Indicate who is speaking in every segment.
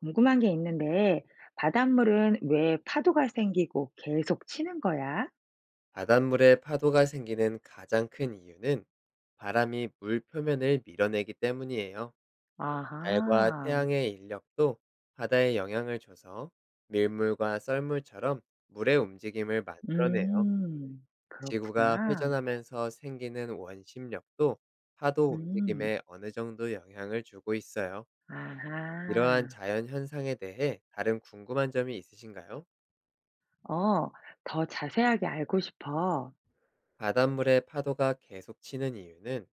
Speaker 1: 궁금한 게 있는데, 바닷물은 왜 파도가 생기고 계속 치는 거야?
Speaker 2: 바닷물에 파도가 생기는 가장 큰 이유는 바람이 물 표면을 밀어내기 때문이에요. 달과
Speaker 1: 아하.
Speaker 2: 태양의 인력도 바다에 영향을 줘서 밀물과 썰물처럼 물의 움직임을 만들어내요. 지구가
Speaker 1: 그렇구나.
Speaker 2: 회전하면서 생기는 원심력도 파도
Speaker 1: 음.
Speaker 2: 움직임에 어느 정도 영향을 주고 있어요.
Speaker 1: 아하.
Speaker 2: 이러한 자연 현상에 대해 다른 궁금한 점이 있으신가요?
Speaker 1: 어, 더 자세하게 알고 싶어.
Speaker 2: 바닷물에 파도가 계속 치는 이유는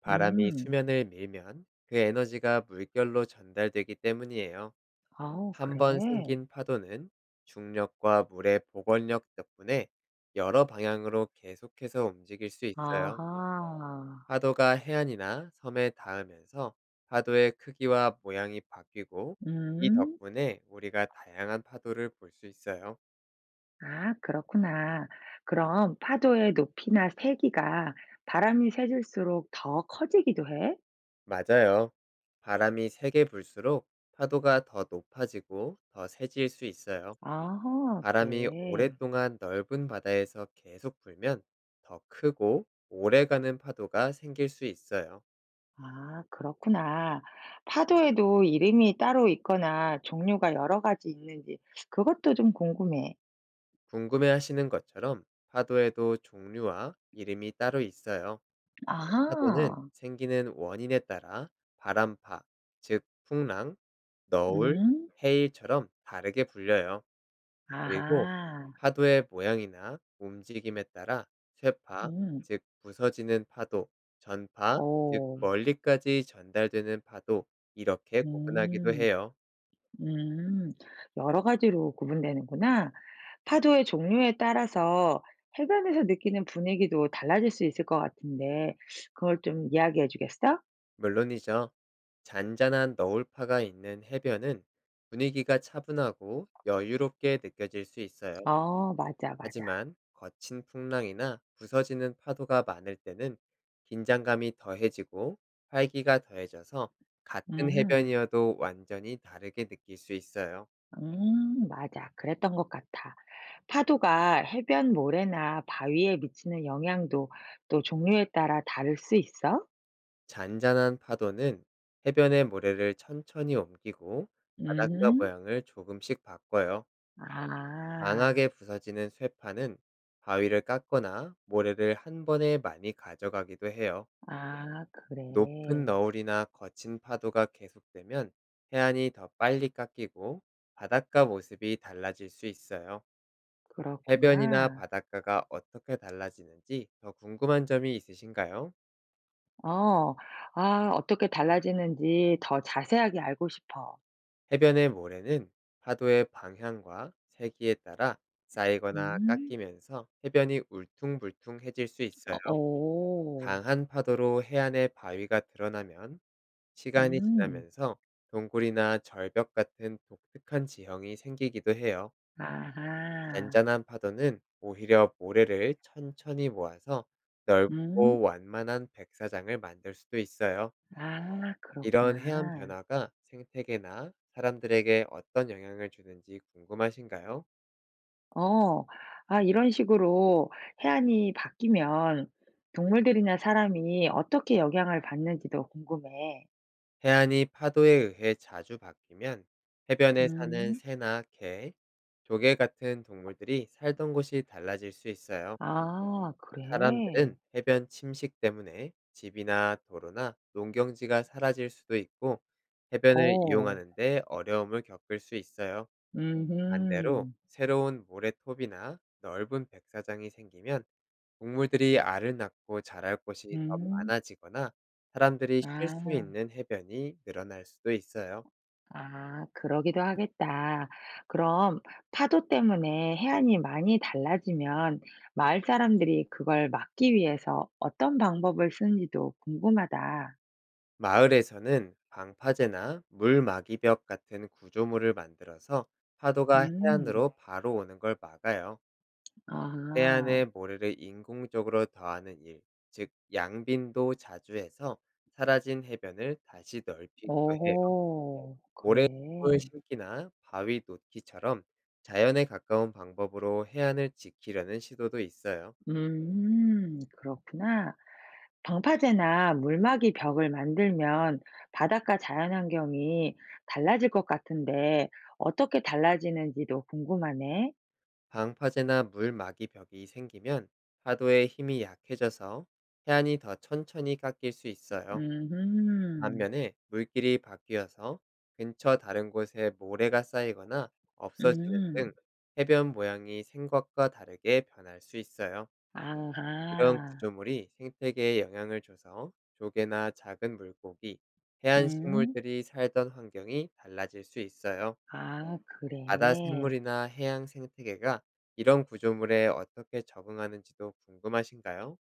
Speaker 2: 바람이
Speaker 1: 음.
Speaker 2: 수면을 밀면 그 에너지가 물결로 전달되기 때문이에요.
Speaker 1: 아우,
Speaker 2: 한 번
Speaker 1: 그래.
Speaker 2: 생긴 파도는 중력과 물의 복원력 덕분에 여러 방향으로 계속해서 움직일 수 있어요.
Speaker 1: 아하.
Speaker 2: 파도가 해안이나 섬에 닿으면서 파도의 크기와 모양이 바뀌고, 이
Speaker 1: 음.
Speaker 2: 덕분에 우리가 다양한 파도를 볼 수 있어요.
Speaker 1: 아, 그렇구나. 그럼 파도의 높이나 세기가 바람이 세질수록 더 커지기도 해?
Speaker 2: 맞아요. 바람이 세게 불수록 파도가 더 높아지고 더 세질 수 있어요.
Speaker 1: 아하,
Speaker 2: 바람이
Speaker 1: 그래.
Speaker 2: 오랫동안 넓은 바다에서 계속 불면 더 크고 오래가는 파도가 생길 수 있어요.
Speaker 1: 아, 그렇구나. 파도에도 이름이 따로 있거나 종류가 여러 가지 있는지 그것도 좀 궁금해.
Speaker 2: 궁금해 하시는 것처럼 파도에도 종류와 이름이 따로 있어요. 파도는
Speaker 1: 아하.
Speaker 2: 생기는 원인에 따라 바람파, 즉 풍랑, 너울,
Speaker 1: 음.
Speaker 2: 해일처럼 다르게 불려요. 그리고
Speaker 1: 아하.
Speaker 2: 파도의 모양이나 움직임에 따라 쇠파,
Speaker 1: 음.
Speaker 2: 즉 부서지는 파도, 전파, 즉
Speaker 1: 오.
Speaker 2: 멀리까지 전달되는 파도, 이렇게 구분하기도
Speaker 1: 음.
Speaker 2: 해요.
Speaker 1: 음. 여러 가지로 구분되는구나. 파도의 종류에 따라서 해변에서 느끼는 분위기도 달라질 수 있을 것 같은데 그걸 좀 이야기해 주겠어?
Speaker 2: 물론이죠. 잔잔한 너울파가 있는 해변은 분위기가 차분하고 여유롭게 느껴질 수 있어요.
Speaker 1: 어, 맞아, 맞아.
Speaker 2: 하지만 거친 풍랑이나 부서지는 파도가 많을 때는 긴장감이 더해지고 활기가 더해져서 같은
Speaker 1: 음.
Speaker 2: 해변이어도 완전히 다르게 느낄 수 있어요.
Speaker 1: 맞아. 그랬던 것 같아. 파도가 해변 모래나 바위에 미치는 영향도 또 종류에 따라 다를 수 있어?
Speaker 2: 잔잔한 파도는 해변의 모래를 천천히 옮기고 바닷가
Speaker 1: 음.
Speaker 2: 모양을 조금씩 바꿔요.
Speaker 1: 아.
Speaker 2: 강하게 부서지는 쇠파는 바위를 깎거나 모래를 한 번에 많이 가져가기도 해요.
Speaker 1: 아
Speaker 2: 높은
Speaker 1: 그래.
Speaker 2: 너울이나 거친 파도가 계속되면 해안이 더 빨리 깎이고 바닷가 모습이 달라질 수 있어요. 해변이나
Speaker 1: 그렇구나.
Speaker 2: 바닷가가 어떻게 달라지는지 더 궁금한 점이 있으신가요?
Speaker 1: 어. 아, 어떻게 달라지는지 더 자세하게 알고 싶어.
Speaker 2: 해변의 모래는 파도의 방향과 세기에 따라 쌓이거나
Speaker 1: 음.
Speaker 2: 깎이면서 해변이 울퉁불퉁해질 수
Speaker 1: 어,
Speaker 2: 있어요.
Speaker 1: 오.
Speaker 2: 강한 파도로 해안의 바위가 드러나면 시간이
Speaker 1: 음.
Speaker 2: 지나면서 동굴이나 절벽 같은 독특한 지형이 생기기도 해요.
Speaker 1: 아하.
Speaker 2: 잔잔한 파도는 오히려 모래를 천천히 모아서
Speaker 1: 음.
Speaker 2: 넓고 완만한 백사장을 만들 수도 있어요.
Speaker 1: 아,
Speaker 2: 이런 해안
Speaker 1: 그렇구나.
Speaker 2: 변화가 생태계나 사람들에게 어떤 영향을 주는지 궁금하신가요?
Speaker 1: 어. 아, 이런 식으로 해안이 바뀌면 동물들이나 사람이 어떻게 영향을 받는지도 궁금해.
Speaker 2: 해안이 파도에 의해 자주 바뀌면 해변에 사는
Speaker 1: 음.
Speaker 2: 새나 개, 조개 같은 동물들이 살던 곳이 달라질 수 있어요.
Speaker 1: 아 그래?
Speaker 2: 사람들은 해변 침식 때문에 집이나 도로나 농경지가 사라질 수도 있고, 해변을
Speaker 1: 어.
Speaker 2: 이용하는데 어려움을 겪을 수 있어요. 반대로
Speaker 1: 음음.
Speaker 2: 새로운 모래톱이나 넓은 백사장이 생기면 동물들이 알을 낳고 자랄 곳이 더
Speaker 1: 음.
Speaker 2: 많아지거나 사람들이 쉴 수
Speaker 1: 아.
Speaker 2: 있는 해변이 늘어날 수도 있어요.
Speaker 1: 아, 그러기도 하겠다. 그럼 파도 때문에 해안이 많이 달라지면 마을 사람들이 그걸 막기 위해서 어떤 방법을 쓰는지도 궁금하다.
Speaker 2: 마을에서는 방파제나 물막이벽 같은 구조물을 만들어서 파도가
Speaker 1: 음.
Speaker 2: 해안으로 바로 오는 걸 막아요.
Speaker 1: 아.
Speaker 2: 해안에 모래를 인공적으로 더하는 일, 즉 양빈도 자주 해서 사라진 해변을 다시 넓히기도 해요.
Speaker 1: 어
Speaker 2: 모래
Speaker 1: 그래.
Speaker 2: 심 심기나 바위 놓기처럼 자연에 가까운 방법으로 해안을 지키려는 시도도 있어요.
Speaker 1: 음, 그렇구나. 방파제나 물막이 벽을 만들면 바닷가 자연환경이 달라질 것 같은데 어떻게 달라지는지도 궁금하네.
Speaker 2: 방파제나 물막이 벽이 생기면 파도의 힘이 약해져서 해안이 더 천천히 깎일 수 있어요.
Speaker 1: 음음.
Speaker 2: 반면에 물길이 바뀌어서 근처 다른 곳에 모래가 쌓이거나 없어지는
Speaker 1: 음.
Speaker 2: 등 해변 모양이 생각과 다르게 변할 수 있어요. 이런
Speaker 1: 아하.
Speaker 2: 구조물이 생태계에 영향을 줘서 조개나 작은 물고기, 해안
Speaker 1: 음.
Speaker 2: 식물들이 살던 환경이 달라질 수 있어요.
Speaker 1: 아 그래.
Speaker 2: 바다 생물이나 해양 생태계가 이런 구조물에 어떻게 적응하는지도 궁금하신가요?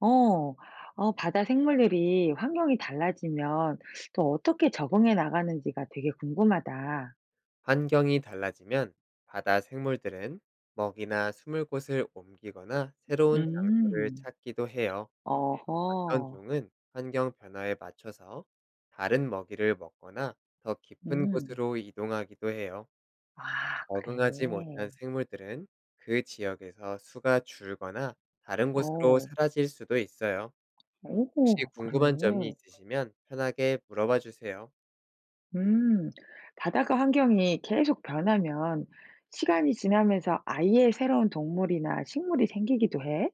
Speaker 1: 어. 어, 바다 생물들이 환경이 달라지면 또 어떻게 적응해 나가는지가 되게 궁금하다.
Speaker 2: 환경이 달라지면 바다 생물들은 먹이나 숨을 곳을 옮기거나 새로운 장소를
Speaker 1: 음.
Speaker 2: 찾기도 해요. 어떤
Speaker 1: 어허.
Speaker 2: 종은 환경 변화에 맞춰서 다른 먹이를 먹거나 더 깊은
Speaker 1: 음.
Speaker 2: 곳으로 이동하기도 해요.
Speaker 1: 아 그래.
Speaker 2: 적응하지 못한 생물들은 그 지역에서 수가 줄거나 다른 곳으로
Speaker 1: 어.
Speaker 2: 사라질 수도 있어요. 혹시
Speaker 1: 오 그래.
Speaker 2: 궁금한 점이 있으시면 편하게 물어봐 주세요.
Speaker 1: 음. 바다가 환경이 계속 변하면 시간이 지나면서 아예 새로운 동물이나 식물이 생기기도 해?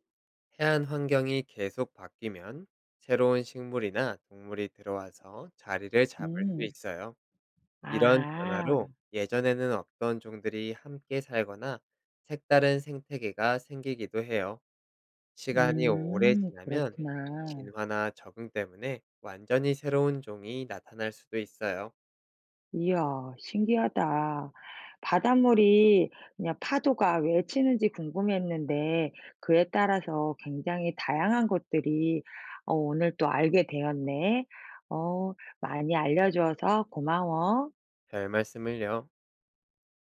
Speaker 2: 해안 환경이 계속 바뀌면 새로운 식물이나 동물이 들어와서 자리를 잡을 수
Speaker 1: 음.
Speaker 2: 있어요. 이런
Speaker 1: 아하.
Speaker 2: 변화로 예전에는 없던 종들이 함께 살거나 색다른 생태계가 생기기도 해요. 시간이 오래
Speaker 1: 음,
Speaker 2: 지나면
Speaker 1: 그렇구나.
Speaker 2: 진화나 적응 때문에 완전히 새로운 종이 나타날 수도 있어요.
Speaker 1: 이야 신기하다. 바닷물이 그냥 파도가 왜 치는지 궁금했는데 그에 따라서 굉장히 다양한 것들이 어 오늘 또 알게 되었네. 어, 많이 알려 줘서 고마워.
Speaker 2: 별 말씀을요.